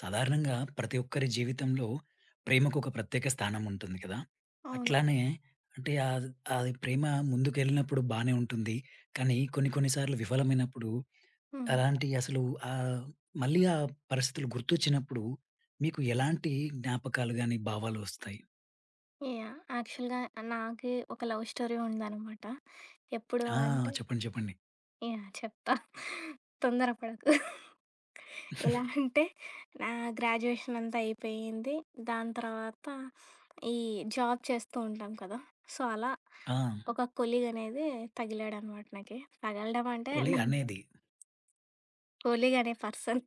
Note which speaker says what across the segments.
Speaker 1: సాధారణంగా ప్రతి ఒక్కరి జీవితంలో ప్రేమకు ఒక ప్రత్యేక స్థానం ఉంటుంది కదా!
Speaker 2: అవును.
Speaker 1: అట్లానే అంటే ఆద్ అది ప్రేమ ముందుకెళ్ళినప్పుడు బానే ఉంటుంది. కానీ కొన్ని కొన్ని సార్లు విఫలమైనప్పుడు
Speaker 2: హ్మ్.
Speaker 1: అలాంటి అసలు ఆహ్, మళ్ళీ ఆ పరిస్థితులు గుర్తొచ్చినప్పుడు మీకు ఎలాంటి జ్ఞాపకాలు గాని, భావాలు వస్తాయి?
Speaker 2: యాహ్! యాక్చువల్‌గా నాకి ఒక లవ్ స్టోరీ ఉందనమాట. ఎప్పుడు
Speaker 1: ఆ!
Speaker 2: అంటే
Speaker 1: చెప్పండి, చెప్పండి.
Speaker 2: యాహ్! చెప్తా. తొందర పడకు. ఎలా అంటే నా గ్రాడ్యుయేషన్ అంతా అయిపోయింది. దాని తర్వాత ఈ జాబ్ చేస్తూ ఉంటాం కదా! సో, అలా
Speaker 1: ఆ!
Speaker 2: ఒక కొలీగ్ అనేది తగిలాడనమాట నాకి. తగలడం అంటే
Speaker 1: కొలీగ్
Speaker 2: నా
Speaker 1: అనేది.
Speaker 2: కొలీగ్ అనే పర్సన్.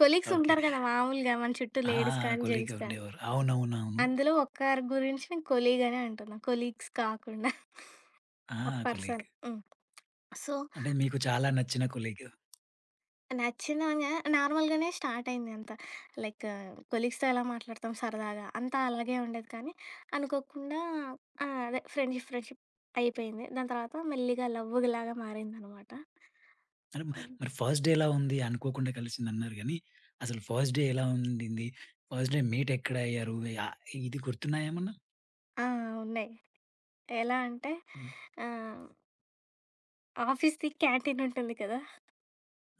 Speaker 2: Colleagues
Speaker 1: okay.
Speaker 2: ఉంటారు కదా! మామూలుగా మన చుట్టూ
Speaker 1: ఆ!
Speaker 2: లేడీస్ కానీ,
Speaker 1: కొలీగ్
Speaker 2: జెంట్స్ కానీ.
Speaker 1: ఉండేవారు. అవునవునవును.
Speaker 2: అందులో ఒక్కారి గురించి నేను కొలీగ్ అనే అంటున్నా. కొలీగ్స్ కాకుండా
Speaker 1: ఆ!
Speaker 2: ఆ
Speaker 1: కొలీగ్.
Speaker 2: పర్సన్. హ్మ్. సో,
Speaker 1: అంటే మీకు చాలా నచ్చిన కొలీగ్.
Speaker 2: నచ్చిందనగా నార్మల్‌గానే స్టార్ట్ అయింది అంతా. లైక్ కొలీగ్స్‌తో ఎలా మాట్లాడతాం సరదాగా అంతా అలాగే ఉండేది. కానీ అనుకోకుండా అదే ఫ్రెండ్‌షిప్ ఫ్రెండ్‌షిప్ అయిపోయింది. దాని తర్వాత మెల్లిగా లవ్వులాగా మారిందనమాట.
Speaker 1: అంటే
Speaker 2: హ్మ్.
Speaker 1: మరి ఫస్ట్ డే ఎలా ఉంది? అనుకోకుండా కలిసిందన్నారు గానీ, అసలు ఫస్ట్ డే ఎలా ఉండింది? ఫస్ట్ డే మీట్ ఎక్కడ అయ్యారు? ఆహ్, ఇది గుర్తున్నాయా ఏమన్నా?
Speaker 2: ఆ! ఉన్నాయి. ఎలా అంటే
Speaker 1: హ్మ్.
Speaker 2: ఆహ్, ఆఫీస్‌ది క్యాంటీన్ ఉంటుంది కదా!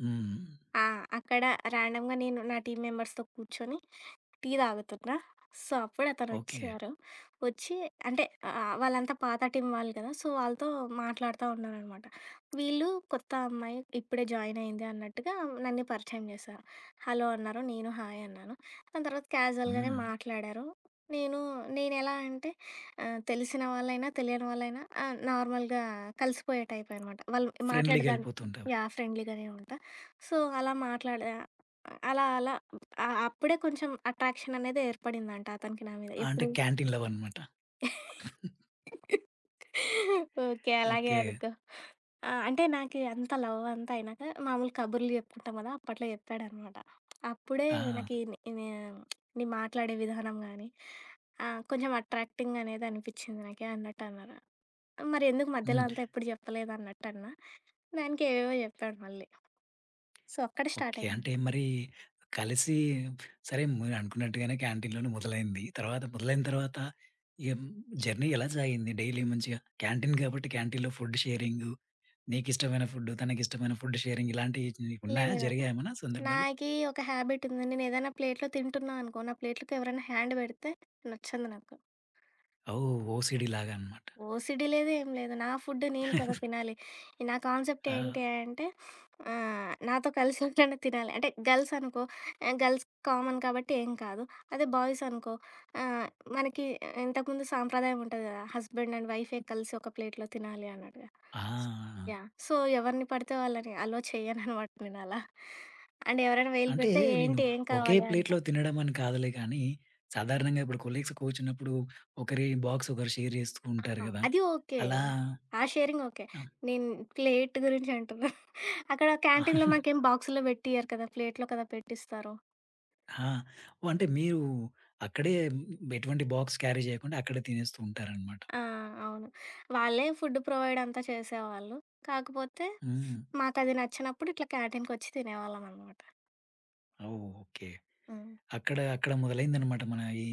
Speaker 1: హ్మ్.
Speaker 2: ఆ! అక్కడ ర్యాండమ్‌గా నేను నా టీమ్ మెంబర్స్‌తో కూర్చొని టీ తాగుతున్నా. సో, అప్పుడు
Speaker 1: ఓకే.
Speaker 2: అతనొచ్చారు. వచ్చి అంటే వాళ్ళంతా పాత టీమ్ వాళ్ళు కదా! సో, వాళ్ళతో మాట్లాడుతా ఉన్నాననమాట. వీళ్ళు కొత్త అమ్మాయి ఇప్పుడే జాయిన్ అయింది అన్నట్టుగా నన్ను పరిచయం చేశారు. హలో అన్నారు. నేను హాయ్ అన్నాను. దాని తర్వాత క్యాజువల్‌గానే
Speaker 1: హ్మ్.
Speaker 2: మాట్లాడారు. నేను నేనెలా అంటే తెలిసిన వాళ్ళైనా, తెలియని వాళ్ళైనా నార్మల్‌గా కలిసిపోయే టైప్ అనమాట. వాళ్ళు మాట్లాడే
Speaker 1: ఫ్రెండ్లీ‌గా
Speaker 2: దాన్ని
Speaker 1: ఎళ్ళిపోతుంటావు.
Speaker 2: యాహ్! ఫ్రెండ్లీగానే ఉంటా. సో, అలా మాట్లాడా అలా అలా ఆ! అప్పుడే కొంచెం అట్రాక్షన్ అనేది ఏర్పడిందంట అతనికి నా మీద.
Speaker 1: అంటే
Speaker 2: ఎప్పుడు?
Speaker 1: క్యాంటీన్ లవ్ అనమాట.
Speaker 2: ఓకే. అలాగే
Speaker 1: ఓకే.
Speaker 2: అనుకో. ఆ! అంటే నాకి అంత లవ్ అంతా అయినాక మామూలు కబుర్లు చెప్పుకుంటాం కదా! అప్పట్లో చెప్పాడనమాట. అప్పుడే
Speaker 1: ఆ!
Speaker 2: నాకి నీ నే నీ మాట్లాడే విధానం గానీ, కొంచెం అట్రాక్టింగ్ అనేది అనిపిచ్చింది నాకి అన్నట్టు అన్నారు. మరి ఎందుకు మధ్యలో
Speaker 1: హ్మ్.
Speaker 2: అంతా ఎప్పుడు చెప్పలేదన్నట్టన్నా. దానికి ఏవేవో చెప్పాడు మళ్ళీ. సో, అక్కడ స్టార్ట్
Speaker 1: ఓకే.
Speaker 2: అయింది.
Speaker 1: అంటే మరి కలిసి సరే మీరనుకున్నట్టుగానే క్యాంటీన్‌లోనే మొదలైంది. తర్వాత మొదలైన తర్వాత ఇగ జర్నీ ఎలా సాగింది? డైలీ మంచిగా క్యాంటీన్ కాబట్టి క్యాంటీన్‌లో ఫుడ్ షేరింగు, నీకిష్టమైన ఫుడ్, తనకిష్టమైన ఫుడ్ షేరింగ్ ఇలాంటియి ఉన్నాయా?
Speaker 2: లేదు.
Speaker 1: జరిగాయా ఏమన్నా సందర్భాలు?
Speaker 2: నాకీ ఒక హాబిట్ ఉంది. నేనేదైనా ప్లేట్‌లో తింటున్నా అనుకో, నా ప్లేట్‌లోకి ఎవరైనా హ్యాండ్ పెడితే నచ్చదు నాకు.
Speaker 1: ఓహ్! ఓసీడీ లాగా అన్నమాట.
Speaker 2: ఓసిడీ లేదు ఏం లేదు. నా ఫుడ్ నేను కదా తినాలి. నా కాన్సెప్ట్
Speaker 1: ఆ!
Speaker 2: ఏంటి అంటే నాతో కలిసి ఎవరైనా తినాలి. అంటే గర్ల్స్ అనుకో గర్ల్స్ కామన్ కాబట్టి ఏం కాదు. అదే బాయ్స్ అనుకో ఆహ్, మనకి ఇంతకుముందు సాంప్రదాయం ఉంటది కదా! హస్బెండ్ అండ్ వైఫే కలిసి ఒక ప్లేట్‌లో తినాలి అన్నట్టుగా.
Speaker 1: ఆ!
Speaker 2: యాహ్! సో, ఎవరిని పడితే వాళ్ళని అలో చెయ్యననమాట నేనలా. అండ్ ఎవరైనా వేలు
Speaker 1: అంటే
Speaker 2: పెడితే
Speaker 1: నేను
Speaker 2: ఏంటి? ఏం
Speaker 1: ఒకే
Speaker 2: కావాలి?
Speaker 1: ప్లేట్‌లో
Speaker 2: అంటా.
Speaker 1: తినడం అని కాదులే కానీ, సాధారణంగా ఇప్పుడు కొలీగ్స్ కూర్చున్నప్పుడు ఒకరి బాక్స్ ఒకరు షేర్ చేస్తూ
Speaker 2: ఆ!
Speaker 1: ఉంటారు గదా!
Speaker 2: అది ఓకే.
Speaker 1: అలా
Speaker 2: ఆ షేరింగ్ ఓకే. నేను ప్లేట్ గురించి అంటున్నా. అక్కడ
Speaker 1: ఆ!
Speaker 2: క్యాంటీన్‌లో మాకేం బాక్సుల్లో పెట్టియ్యరు కదా! ప్లేట్‌లో కదా పెట్టిస్తారు.
Speaker 1: ఆ! అంటే మీరు అక్కడే ఎటువంటి బాక్స్ క్యారీ చేయకుండా అక్కడే తినేస్తూ ఉంటారనమాట.
Speaker 2: ఆ! అవును. వాళ్ళే ఫుడ్ ప్రొవైడ్ అంతా చేసేవాళ్ళు. కాకపోతే
Speaker 1: హ్మ్.
Speaker 2: మాకది నచ్చినప్పుడు ఇట్లా క్యాంటీన్‌కొచ్చి తినేవాళ్ళమనమాట.
Speaker 1: ఓహ్! ఓకే.
Speaker 2: హ్మ్.
Speaker 1: అక్కడ అక్కడ మొదలైందనమాట మన ఈ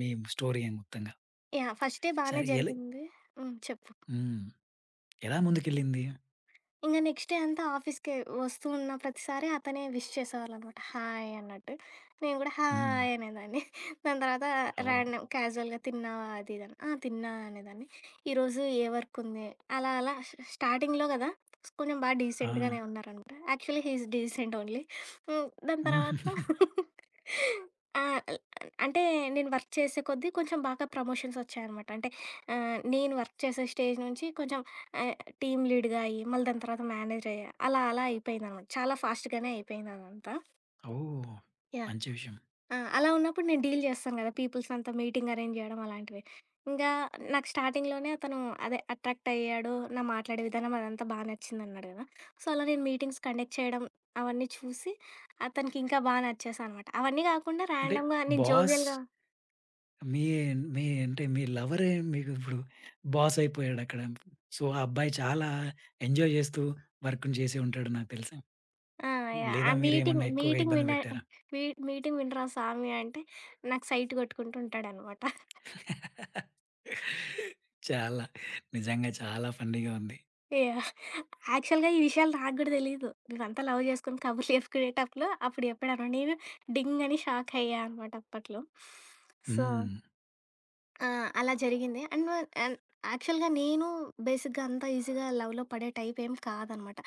Speaker 1: మీ స్టోరీ మొత్తంగా.
Speaker 2: యాహ్! ఫస్ట్ డే బానే
Speaker 1: సరే ఎలా
Speaker 2: జరిగింది. హ్మ్. చెప్పు.
Speaker 1: హ్మ్. ఎలా ముందుకెళ్ళింది?
Speaker 2: ఇంక నెక్స్ట్ డే అంతా ఆఫీస్‌కి వస్తూ ఉన్న ప్రతిసారి అతనే విష్ చేసేవాళ్ళనమాట. హాయ్ అన్నట్టు. నేను గూడా
Speaker 1: హ్మ్.
Speaker 2: హాయ్ అనేదాన్ని. దాని తర్వాత
Speaker 1: ఓహ్!
Speaker 2: ర్యాండమ్ క్యాజువల్‌గా తిన్నావా? అది ఇది అని. ఆ! తిన్నా అనేదాన్ని. ఈరోజు ఏ వర్క్ ఉంది? అలా అలా స్టార్టింగ్‌లో గదా! కొంచెం బా
Speaker 1: ఆ!
Speaker 2: డీసెంట్‌గానే ఉన్నారనమాట. Actually he is decent only. హ్మ్. దాని తర్వాత ఆ! అల్ అంటే నేను వర్క్ చేసే కొద్దీ కొంచెం బాగా ప్రమోషన్స్ వచ్చాయనమాట. అంటే నేను వర్క్ చేసే స్టేజ్ నుంచి కొంచెం ఆహ్ టీమ్ లీడ్‌గా అయ్యి, మళ్ళీ దాని తర్వాత మేనేజయ్యా. అలా అలా అయిపోయిందనమాట. చాలా ఫాస్ట్‌గానే అయిపోయింది అదంతా.
Speaker 1: ఓహ్!
Speaker 2: యాహ్!
Speaker 1: మంచి విషయం.
Speaker 2: ఆ! అలా ఉన్నప్పుడు నేను డీల్ చేస్తాను కదా! పీపుల్స్‌నంతా మీటింగ్ అరేంజ్ చేయడం అలాంటివి. ఇంకా నాకు స్టార్టింగ్‌లోనే అతను అదే అట్రాక్ట్ అయ్యాడు. నా మాట్లాడే విధానం అదంతా బా నచ్చిందన్నాడు కదా! సో, అలా నేను మీటింగ్స్ కండక్ట్ చేయడం అవన్నీ చూసి అతనికి ఇంకా బా నచ్చేసా అనమాట. అవన్నీ కాకుండా
Speaker 1: అంటే
Speaker 2: ర్యాండమ్‌గా నేను
Speaker 1: బాస్
Speaker 2: జోవియల్‌గా
Speaker 1: మీ మీ అంటే మీ లవరే మీకు ఇప్పుడు బాస్ అయిపోయాడక్కడ. సో, ఆ అబ్బాయి చాలా ఎంజాయ్ చేస్తూ వర్క్‌ని చేసే ఉంటాడు నాకు తెలిసి.
Speaker 2: ఆ! యాహ్! ఆ
Speaker 1: లేదా
Speaker 2: మీటింగ్
Speaker 1: మీరేమన్నా ఎక్కువగా
Speaker 2: మీటింగ్
Speaker 1: ఇబ్బంది
Speaker 2: విన
Speaker 1: పెట్టారా?
Speaker 2: వి మీటింగ్ వినరా సామి అంటే నాకు సైట్ కొట్టుకుంటూ ఉంటాడనమాట.
Speaker 1: చాలా. నిజంగా చాలా ఫన్నీగా ఉంది.
Speaker 2: యాహ్! యాక్చువల్‌గా ఈ విషయాలు నాకు గూడా తెలీదు. మేమంతా లవ్ జేసుకొని కబుర్లు చెప్పుకునేటప్పుడు అప్పుడు చెప్పాడనమాట. నేను డింగ్ అని షాక్ అయ్యా అనమాట అప్పట్లో. సో,
Speaker 1: హ్మ్.
Speaker 2: ఆ! అలా జరిగింది. అండ్ అండ్ యాక్చువల్‌గా నేను బేసిక్‌గా అంత ఈజీగా లవ్‌లో పడే టైప్ ఏం కాదనమాట.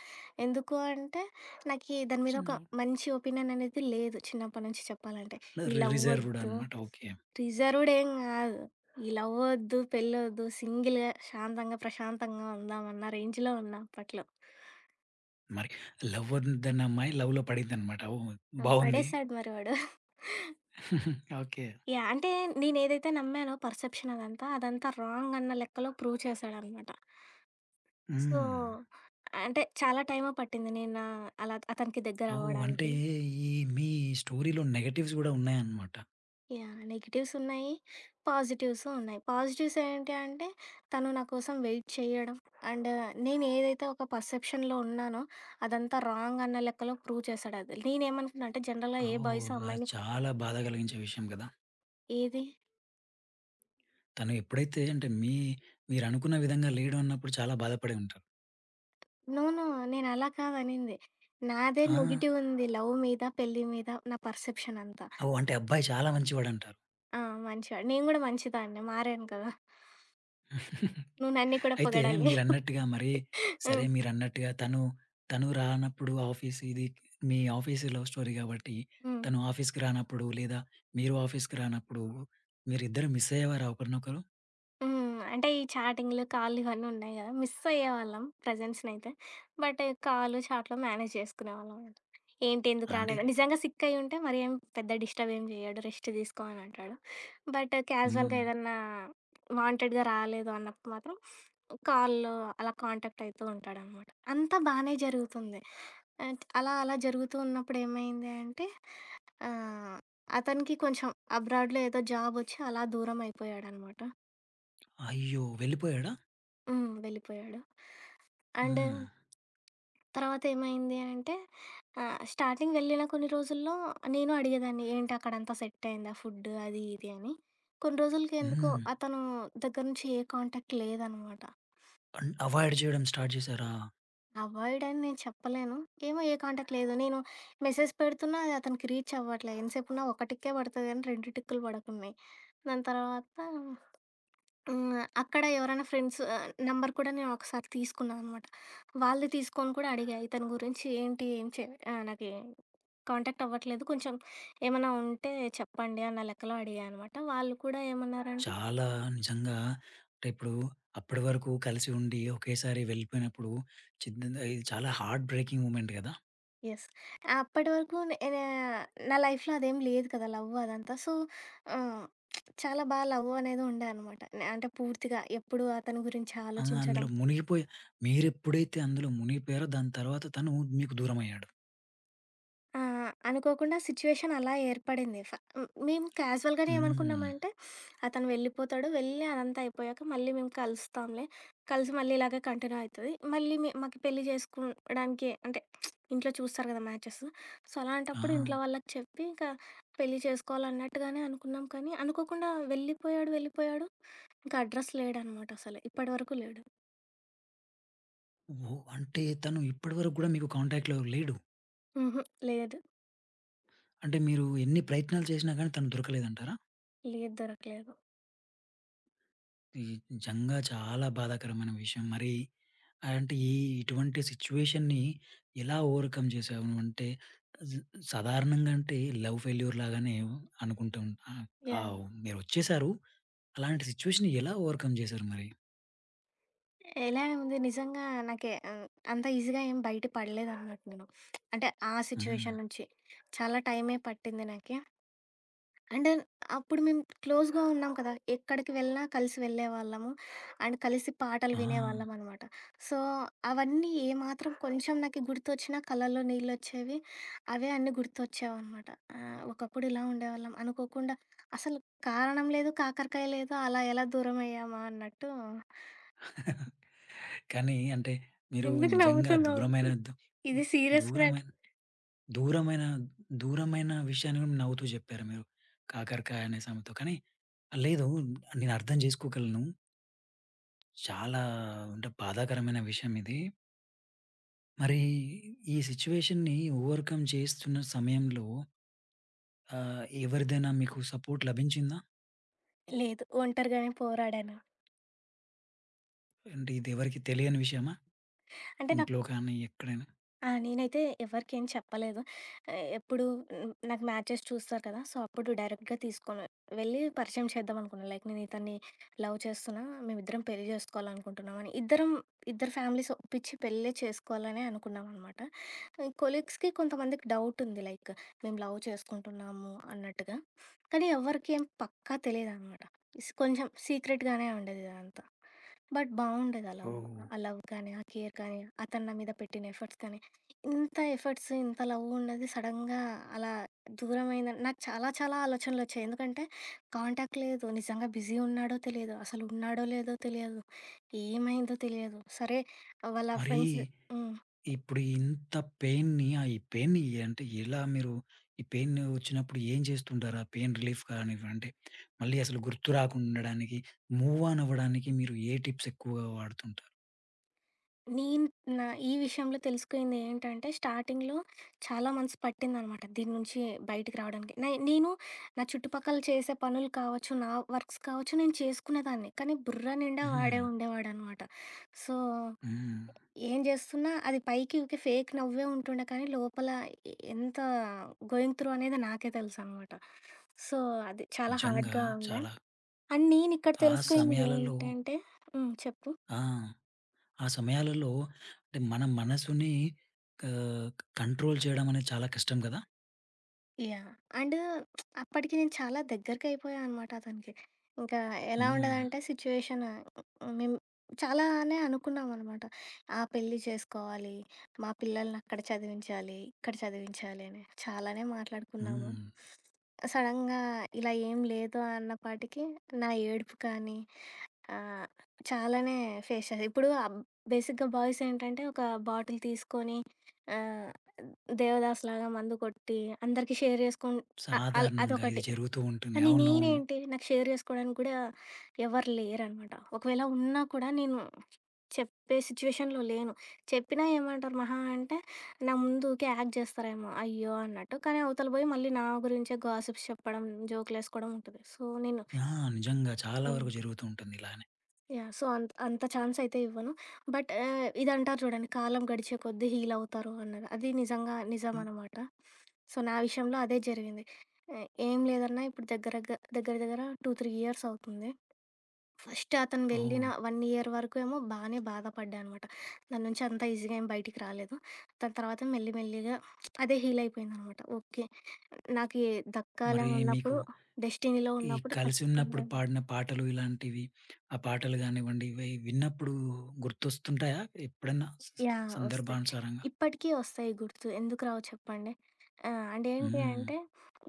Speaker 2: ఎందుకు అంటే నాకి దాని మీద ఒక మంచి ఒపీనియన్ అనేది లేదు చిన్నప్పటి నుంచి చెప్పాలంటే. ఈ లవ్
Speaker 1: రిజర్వ్‌డ్
Speaker 2: వద్దు
Speaker 1: అనమాట. ఓకే.
Speaker 2: రిజర్వ్‌డ్ ఏం గాదు. ఈ లవ్వొద్దు, పెళ్ళొద్దు సింగిల్‌గా శాంతంగా, ప్రశాంతంగా ఉందామన్న రేంజ్‌లో ఉన్నా అప్పట్లో.
Speaker 1: మరి లవ్ వద్దన్న అమ్మాయి లవ్‌లో పడిందనమాట. ఓహ్!
Speaker 2: ఆ!
Speaker 1: బావుంది.
Speaker 2: పడేసాడు మరి వాడు.
Speaker 1: ఓకే.
Speaker 2: యాహ్! అంటే నేనేదైతే నమ్మానో పర్సెప్షన్ అదంతా, అదంతా రాంగ్ అన్న లెక్కలో ప్రూవ్ చేశాడనమాట. సో,
Speaker 1: హ్మ్.
Speaker 2: అంటే చాలా టైము పట్టింది నేను అలా అతనికి
Speaker 1: ఓహ్! అంటే
Speaker 2: దగ్గరవ్వడానికి.
Speaker 1: ఈ మీ స్టోరీలో నెగెటివ్స్ గూడా ఉన్నాయన్నమాట.
Speaker 2: యాహ్! నెగెటివ్స్ ఉన్నాయి. పాజిటివ్స్ ఉన్నాయి. పాజిటివ్స్ ఏంటి అంటే తను నా కోసం వెయిట్ చేయడం. అండ్ నేను ఏదైతే ఒక పర్సెప్షన్‌లో ఉన్నానో అదంతా రాంగ్ అన్న లెక్కలో ప్రూవ్ చేశాడు అది. నేనేమనుకున్నా అంటే జనరల్‌గా ఏ బాయ్స్
Speaker 1: ఓహ్! అది
Speaker 2: అమ్మాయిని
Speaker 1: చాలా బాధ కలిగించే విషయం గదా!
Speaker 2: ఏది
Speaker 1: తను ఎప్పుడైతే అంటే మీరనుకున్న విధంగా లేడు అన్నప్పుడు చాలా బాధపడి ఉంటారు.
Speaker 2: నో. నో. నేను అలా కాదనింది. నాదే
Speaker 1: ఆ!
Speaker 2: నెగెటివ్ ఉంది లవ్ మీద, పెళ్లి మీద నా పర్సెప్షన్ అంతా.
Speaker 1: ఓహ్! అంటే అబ్బాయి చాలా మంచివాడంటారు.
Speaker 2: ఆ! మంచివాడు. నేను కూడా మంచిదాన్నే మారాను కదా! నువ్వు నన్ను కూడా
Speaker 1: అయితే
Speaker 2: పొగడాలి.
Speaker 1: మీరన్నట్టుగా మరి సరే
Speaker 2: హ్మ్.
Speaker 1: మీరన్నట్టుగా తను, తను రానప్పుడు ఆఫీస్ ఇది మీ ఆఫీస్ లవ్ స్టోరీ కాబట్టి
Speaker 2: హ్మ్.
Speaker 1: తను ఆఫీస్‌కి రానప్పుడు లేదా మీరు ఆఫీస్‌కి రానప్పుడు మీరిద్దరూ మిస్ అయ్యేవారా ఒకరినొకరు?
Speaker 2: హ్మ్. అంటే ఈ చాటింగ్‌లు, కాల్లు ఇవన్నీ ఉన్నాయి గదా! మిస్ అయ్యేవాళ్ళం ప్రెజెన్స్‌నైతే. బట్ కాల్, చాట్‌లో మేనేజ్ చేసుకునేవాళ్ళం. అన్నమాట. ఏంటి ఎందుకు
Speaker 1: అంటే
Speaker 2: రాలేదు నిజంగా సిక్ అయ్యి ఉంటే మరి పెద్ద డిస్టర్బ్ ఏం జేయడు. రెస్ట్ తీసుకో అని అంటాడు. బట్ క్యాజువల్‌గా
Speaker 1: హ్మ్.
Speaker 2: ఏదన్నా వాంటెడ్‌గా రాలేదు అన్నప్పుడు మాత్రం కాల్‌లో అలా కాంటాక్ట్ అయితూ ఉంటాడనమాట. అంతా బానే జరుగుతుంది. అలా అలా జరుగుతూ ఉన్నప్పుడు ఏమైంది అంటే ఆహ్, అతనికి కొంచెం అబ్రాడ్‌లో ఏదో జాబ్ ఒచ్చి అలా దూరం అయిపోయాడనమాట.
Speaker 1: అయ్యో! వెళ్ళిపోయాడా?
Speaker 2: హ్మ్. వెళ్ళిపోయాడు. అండ్
Speaker 1: హ్మ్.
Speaker 2: తర్వాత ఏమైంది అంటే స్టార్టింగ్ వెళ్ళిన కొన్ని రోజుల్లో నేను అడిగేదాన్ని, "ఏంటి అక్కడంతా సెట్ అయిందా ఫుడ్ అది ఇది" అని. కొన్ని రోజులకి ఎందుకో
Speaker 1: హ్మ్.
Speaker 2: అతను దగ్గర నుంచి ఏ కాంటాక్ట్ లేదనమాట.
Speaker 1: అవాయిడ్ చేయడం స్టార్ట్ చేశారా?
Speaker 2: అవాయిడ్ అని నేను చెప్పలేను. ఏమో ఏ కాంటాక్ట్ లేదు. నేను మెసేజ్ పెడుతున్నా అది అతనికి రీచ్ అవ్వట్లే. ఎంతసేపున్నా ఒకటిక్కే పడతది కానీ 2 టిక్కులు పడకున్నాయి. దాని తర్వాత హ్మ్. అక్కడ ఎవరైనా ఫ్రెండ్స్ నంబర్ కూడా నేను ఒకసారి తీసుకున్నాననమాట. వాళ్ళు తీసుకొని కూడా అడిగా ఇతని గురించి ఏంటి? ఏం చే నాకి కాంటాక్ట్ అవ్వట్లేదు. కొంచెం ఏమన్నా ఉంటే చెప్పండి అన్న లెక్కలో అడిగా అనమాట. వాళ్ళు కూడా ఏమన్నారంటే
Speaker 1: చాలా నిజంగా అంటే ఇప్పుడు అప్పటి వరకు కలిసి ఉండి ఒకేసారి వెళ్ళిపోయినప్పుడు చిన్ ఇది చాలా హార్ట్ బ్రేకింగ్ మూమెంట్ కదా!
Speaker 2: యెస్. అప్పటి వరకు నా లైఫ్‌లో అదేం లేదు కదా! లవ్ అదంతా. సో, ఆహ్, చాలా బా లవ్ అనేది ఉండే అనమాట. అంటే పూర్తిగా ఎప్పుడు అతని గురించి ఆలోచించడం.
Speaker 1: అందులో మునిగిపోయి మీరెప్పుడైతే అందులో మునిగిపోయారో దాని తర్వాత తను మీకు దూరమయ్యాడు.
Speaker 2: ఆ! అనుకోకుండా సిట్యుయేషన్ అలా ఏర్పడింది. హ్మ్. మేము క్యాజువల్‌గానే
Speaker 1: హ్మ్.
Speaker 2: ఏమనుకున్నామంటే, అతను వెళ్ళిపోతాడు. వెళ్ళి అదంతా అయిపోయాక మళ్ళీ మేము కలుస్తాంలే. కలిసి మళ్ళీ ఇలాగే కంటిన్యూ అయితది. మళ్ళీ మాకు పెళ్లి చేసుకోవడానికి అంటే ఇంట్లో చూస్తారు కదా! మ్యాచెస్. సో,
Speaker 1: ఆ!
Speaker 2: అలాంటప్పుడు ఇంట్లో వాళ్ళకి చెప్పి ఇంకా పెళ్లి చేసుకోవాలన్నట్టుగానే అనుకున్నాం. కానీ అనుకోకుండా వెళ్ళిపోయాడు. ఇంకా అడ్రస్ లేడనమాట అసలు. ఇప్పటి వరకు లేడు.
Speaker 1: ఓహ్! అంటే తను ఇప్పటివరకు గూడా మీకు కాంటాక్ట్‌లో లేడు.
Speaker 2: హుహు. లేదు.
Speaker 1: అంటే మీరు ఎన్ని ప్రయత్నాలు చేసినా గానీ తను దొరకలేదంటారా?
Speaker 2: లేదు. దొరకలేదు.
Speaker 1: ఇది నిజంగా చాలా బాధాకరమైన విషయం. మరి అంటే ఈ ఇటువంటి సిట్యుయేషన్‌ని ఎలా ఓవర్‌కమ్ చేసావు నువ్వంటే జ్ సాధారణంగా అంటే లవ్ ఫెయిల్యూర్ లాగానే అనుకుంటూ ఉంటాం.
Speaker 2: యాహ్!
Speaker 1: మీరొచ్చేసారు. అలాంటి సిట్యుయేషన్‌ని ఎలా ఓవర్‌కమ్ చేసారు మరి?
Speaker 2: ఎలానే ఉంది నిజంగా నాకే అంత ఈజీగా ఏం బయట పడలేదన్నట్టు నేను. అంటే ఆ
Speaker 1: హ్మ్.
Speaker 2: సిట్యుయేషన్ నుంచి. చాలా టైమే పట్టింది నాకి. అండ్ అప్పుడు మేము క్లోజ్‌గా ఉన్నాం కదా! ఎక్కడికి వెళ్ళినా కలిసి వెళ్ళేవాళ్ళము. అండ్ కలిసి పాటలు
Speaker 1: ఆ!
Speaker 2: వినేవాళ్ళం అనమాట. సో, అవన్నీ ఏమాత్రం కొంచెం నాకి గుర్తొచ్చినా కళ్ళల్లో నీళ్ళొచ్చేవి. అవే అన్నీ గుర్తొచ్చేవన్నమాట. ఒకప్పుడు ఇలా ఉండేవాళ్ళం అనుకోకుండా అసలు కారణం లేదు, కాకరకాయ లేదు అలా ఎలా దూరమయ్యామా అన్నట్టు
Speaker 1: కానీ అంటే మీరు
Speaker 2: ఎందుకు
Speaker 1: నిజంగా
Speaker 2: నవ్వుతున్నావు? ఇది సీరియస్
Speaker 1: దూరమైన
Speaker 2: మ్యాటర్.
Speaker 1: దూరమైన దూరమైన విషయాన్ని కూడా నవ్వుతూ జెప్పారు మీరు. కాకరకాయ అనే సామెతో. కానీ లేదు నేను అర్థం జేసుకోగలను. చాలా అంటే బాధాకరమైన విషయం ఇది. మరి ఈ సిట్యుయేషన్‌ని ఓవర్‌కమ్ చేస్తున్న సమయంలో ఎవరిదైనా మీకు సపోర్ట్ లభించిందా?
Speaker 2: లేదు. ఒంటరిగానే పోరాడాను.
Speaker 1: అంటే ఇది ఎవరికీ తెలియని విషయమా?
Speaker 2: అంటే నాకు
Speaker 1: ఇంట్లో కానీ ఎక్కడైనా?
Speaker 2: ఆ! నేనైతే ఎవరికేం చెప్పలేదు. ఆహ్, ఎప్పుడు హ్మ్, నాకు మ్యాచెస్ చూస్తారు కదా! సో, అప్పుడు డైరెక్ట్‌గా తీసుకొని వెళ్ళి పరిచయం చేద్దాం అనుకున్నా. లైక్ నేను ఇతన్ని లవ్ చేస్తున్నా, మేమిద్దరం పెళ్లి జేసుకోవాలనుకుంటున్నాం అని. ఇద్దరు ఫ్యామిలీస్ ఒప్పించి పెళ్ళే చేసుకోవాలనే అనుకున్నామనమాట. కొలీగ్స్‌కి కొంతమందికి డౌట్ ఉంది. లైక్ మేము లవ్ చేసుకుంటున్నాము అన్నట్టుగా. కానీ ఎవ్వరికీ ఏం పక్కా తెలీదనమాట. కొంచెం సీక్రెట్‌గానే ఉండేది ఇదంతా. బట్ బావుండేది ఆ లవ్.
Speaker 1: ఓహ్!
Speaker 2: ఆ లవ్ కానీ, ఆ కేర్ కానీ, అతను నా మీద పెట్టిన ఎఫర్ట్స్ కానీ ఇంత ఎఫర్ట్స్, ఇంత లవ్ ఉన్నది సడెన్‌గా అలా దూరమైందని నాకు చాలా చాలా ఆలోచనలొచ్చాయి. ఎందుకంటే కాంటాక్ట్ లేదు. నిజంగా బిజీ ఉన్నాడో తెలియదు. అసలు ఉన్నాడో లేదో తెలియదు. ఏమైందో తెలియదు. సరే వాళ్ళ
Speaker 1: మరి
Speaker 2: ఫ్రెండ్స్ హ్మ్.
Speaker 1: ఇప్పుడు ఇంత పెయిన్‌ని ఈ పెయిన్‌ని అంటే ఎలా మీరు ఈ పెయిన్ వచ్చినప్పుడు ఏం చేస్తుంటారు? ఆ పెయిన్ రిలీఫ్ కానివ్వండి, అంటే మళ్ళీ అసలు గుర్తు రాకుండా ఉండడానికి, మూవ్ ఆన్ అవ్వడానికి మీరు ఏ టిప్స్ ఎక్కువగా వాడుతుంటారు?
Speaker 2: నేను నా ఈ విషయంలో తెలుసుకుంది ఏంటంటే స్టార్టింగ్‌లో చాలా మంత్స్ పట్టిందనమాట. దీని నుంచి బయటికి రావడానికి. నేను నా చుట్టుపక్కల చేసే పనులు కావచ్చు, నా వర్క్స్ కావచ్చు నేను చేసుకునేదాన్ని. కానీ బుర్ర నిండా వాడే
Speaker 1: హ్మ్.
Speaker 2: ఉండేవాడనమాట. సో
Speaker 1: హ్మ్.
Speaker 2: ఏం జేస్తున్నా అది పైకి ఊకే ఫేక్ నవ్వే ఉంటుండే కానీ, లోపల ఎంత గోయింగ్ త్రూ అనేది నాకే తెలుసనమాట. సో, అది చాలా
Speaker 1: నిజంగా
Speaker 2: హార్డ్‌గా ఉండే.
Speaker 1: చాలా
Speaker 2: అండ్ నేనిక్కడ
Speaker 1: ఆ
Speaker 2: తెలుసుకుంది
Speaker 1: సమయాలలో
Speaker 2: ఏంటంటే హ్మ్. చెప్పు?
Speaker 1: ఆ! ఆ సమయాలలో అంటే మన మనసుని ఆహ్, కంట్రోల్ చేయడం అనేది చాలా కష్టం కదా!
Speaker 2: యాహ్! అండ్ అప్పటికి నేను చాలా దగ్గరకయిపోయా అనమాట అతనికి. ఇంకా ఎలా
Speaker 1: హ్మ్.
Speaker 2: ఉండేదంటే సిచ్యువేషన్ మేము చాలానే అనుకున్నామనమాట. ఆ! పెళ్లి చేసుకోవాలి, మా పిల్లల్ని అక్కడ చదివించాలి, ఇక్కడ చదివించాలి అని చాలానే మాట్లాడుకున్నాము.
Speaker 1: హ్మ్.
Speaker 2: సడెన్‌గా ఇలా ఏం లేదు అన్నపాటికి నా ఏడుపు కానీ ఆ! చాలానే ఫేస్ చేశా. ఇప్పుడు బేసిక్‌గా బాయ్స్ ఏంటంటే, ఒక బాటిల్ తీసుకొని ఆహ్, దేవదాసులాగా మందు కొట్టి, అందరికీ షేర్ చేసుకొని అ అల్
Speaker 1: సాధారణంగా ఇది
Speaker 2: అదొకటి.
Speaker 1: జరుగుతూ ఉంటుంది.
Speaker 2: కానీ
Speaker 1: అవునవును.
Speaker 2: నేనేంటి, నాకు షేర్ చేసుకోవడానికి కూడా ఎవరు లేరనమాట. ఒకవేళ ఉన్నా కూడా నేను చెప్పే సిచ్యువేషన్‌లో లేను. చెప్పినా ఏమంటారు మహా అంటే, నా ముందు ఊకే యాక్ట్ చేస్తారేమో, అయ్యో! అన్నట్టు. కానీ అవతల పోయి మళ్ళీ నా గురించే గాసిప్స్ చెప్పడం, జోకులేసుకోవడం ఉంటది. సో, నేను
Speaker 1: ఆ! నిజంగా చాలా
Speaker 2: హ్మ్.
Speaker 1: వరకు జరుగుతూ ఉంటుంది ఇలానే.
Speaker 2: యాహ్! సో, అంత ఛాన్స్ అయితే ఇవ్వను. బట్ ఇదంటారు చూడండి కాలం గడిచే కొద్దీ హీల్ అవుతారు అన్నది. అది నిజంగా
Speaker 1: హ్మ్.
Speaker 2: నిజమనమాట. సో, నా విషయంలో అదే జరిగింది. ఏం లేదన్నా ఇప్పుడు దగ్గర దగ్గర 2, 3 ఇయర్స్ అవుతుంది. ఫస్ట్ అతను
Speaker 1: ఓహ్!
Speaker 2: వెళ్ళిన 1 ఇయర్ వరకు ఏమో బానే బాధపడ్డా అనమాట. దాని నుంచి అంత ఈజీగా ఏం బయటికి రాలేదు. దాని తర్వాత మెల్లి మెల్లిగా అదే హీల్ అయిపోయిందనమాట. ఓకే. నాకు
Speaker 1: మరి
Speaker 2: దక్కాలని
Speaker 1: మీకు
Speaker 2: ఉన్నప్పుడు డెస్టినీలో
Speaker 1: ఈ
Speaker 2: ఉన్నప్పుడు
Speaker 1: కలిసి
Speaker 2: ఖచ్చితంగా
Speaker 1: ఉన్నప్పుడు పాడిన పాటలు ఇలాంటివి, ఆ పాటలు గానివ్వండి, ఇవి విన్నప్పుడు గుర్తొస్తుంటాయా ఎప్పుడన్నా స స
Speaker 2: యాహ్! ఒస్తాయి.
Speaker 1: సందర్భానుసారంగా?
Speaker 2: ఇప్పటికీ ఒస్తాయి గుర్తు. ఎందుకు రావు చెప్పండి? అంటే ఏంటి
Speaker 1: హ్మ్.
Speaker 2: అంటే,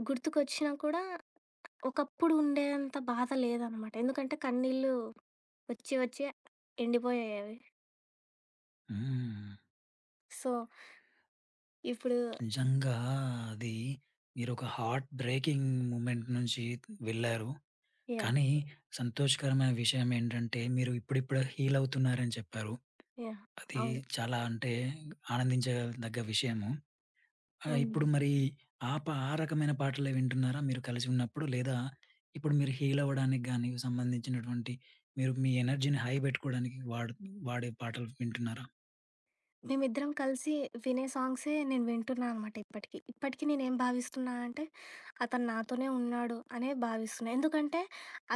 Speaker 2: గుర్తుకొచ్చినా కూడా ఒకప్పుడు ఉండేంత బాధ లేదనమాట. ఎందుకంటే, కన్నీళ్ళు వచ్చి వచ్చి ఎండిపోయాయి అవి.
Speaker 1: హ్మ్.
Speaker 2: సో, ఇప్పుడు
Speaker 1: నిజంగా అది మీరొక హార్ట్ బ్రేకింగ్ మూమెంట్ నుంచి వెళ్లారు.
Speaker 2: యాహ్!
Speaker 1: కానీ సంతోషకరమైన విషయం ఏంటంటే మీరు ఇప్పుడిప్పుడే హీల్ అవుతున్నారని చెప్పారు.
Speaker 2: యాహ్!
Speaker 1: అది
Speaker 2: అవును.
Speaker 1: చాలా అంటే ఆనందించదగ్గ విషయము. ఆ!
Speaker 2: హ్మ్.
Speaker 1: ఇప్పుడు మరి ఆ రకమైన పాటలే వింటున్నారా మీరు కలిసి ఉన్నప్పుడు? లేదా ఇప్పుడు మీరు హీల్ అవ్వడానికి గాని సంబంధించినటువంటి మీరు మీ ఎనర్జీని హై పెట్టుకోవడానికి వాడే పాటలు వింటున్నారా?
Speaker 2: మేమిద్దరం కలిసి వినే సాంగ్సే నేను వింటున్నా అనమాట ఇప్పటికి. ఇప్పటికి నేనేం భావిస్తున్నా అంటే, అతను నాతోనే ఉన్నాడు అనే భావిస్తున్నా. ఎందుకంటే,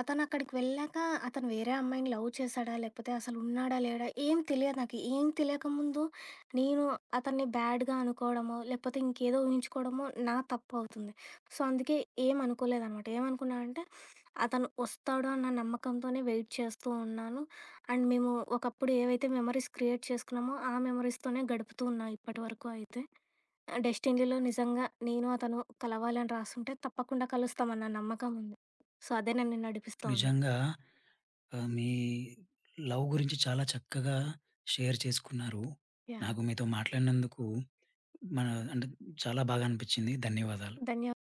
Speaker 2: అతనక్కడికి వెళ్ళాక అతను వేరే అమ్మాయిని లవ్ చేశాడా? లేకపోతే అసలు ఉన్నాడా? లేడా? ఏం తెలియదు నాకు. ఏం తెలియకముందు నేను అతన్ని బ్యాడ్‌గా అనుకోవడమో, లేకపోతే ఇంకేదో ఊహించుకోవడమో నా తప్పవుతుంది. సో, అందుకే ఏమనుకోలేదనమాట. ఏమనుకున్నా అంటే, అతను వస్తాడు అన్న నమ్మకంతోనే వెయిట్ చేస్తూ ఉన్నాను. అండ్ మేము ఒకప్పుడు ఏవైతే మెమరీస్ క్రియేట్ చేసుకున్నామో, ఆ మెమరీస్‌తోనే గడుపుతూ ఉన్నా ఇప్పటివరకు అయితే. డెస్టినీలో నిజంగా నేను అతను కలవాలని రాసుంటే తప్పకుండా కలుస్తామన్న నమ్మకం ఉంది. సో, అదే నన్ను నడిపిస్తూ ఉంది.
Speaker 1: నిజంగా మీ లవ్ గురించి చాలా చక్కగా షేర్ చేసుకున్నారు.
Speaker 2: యాహ్!
Speaker 1: నాకు మీతో మాట్లాడినందుకు మన అంటే చాలా బాగా అనిపించింది. ధన్యవాదాలు.
Speaker 2: ధన్యవాదాలు.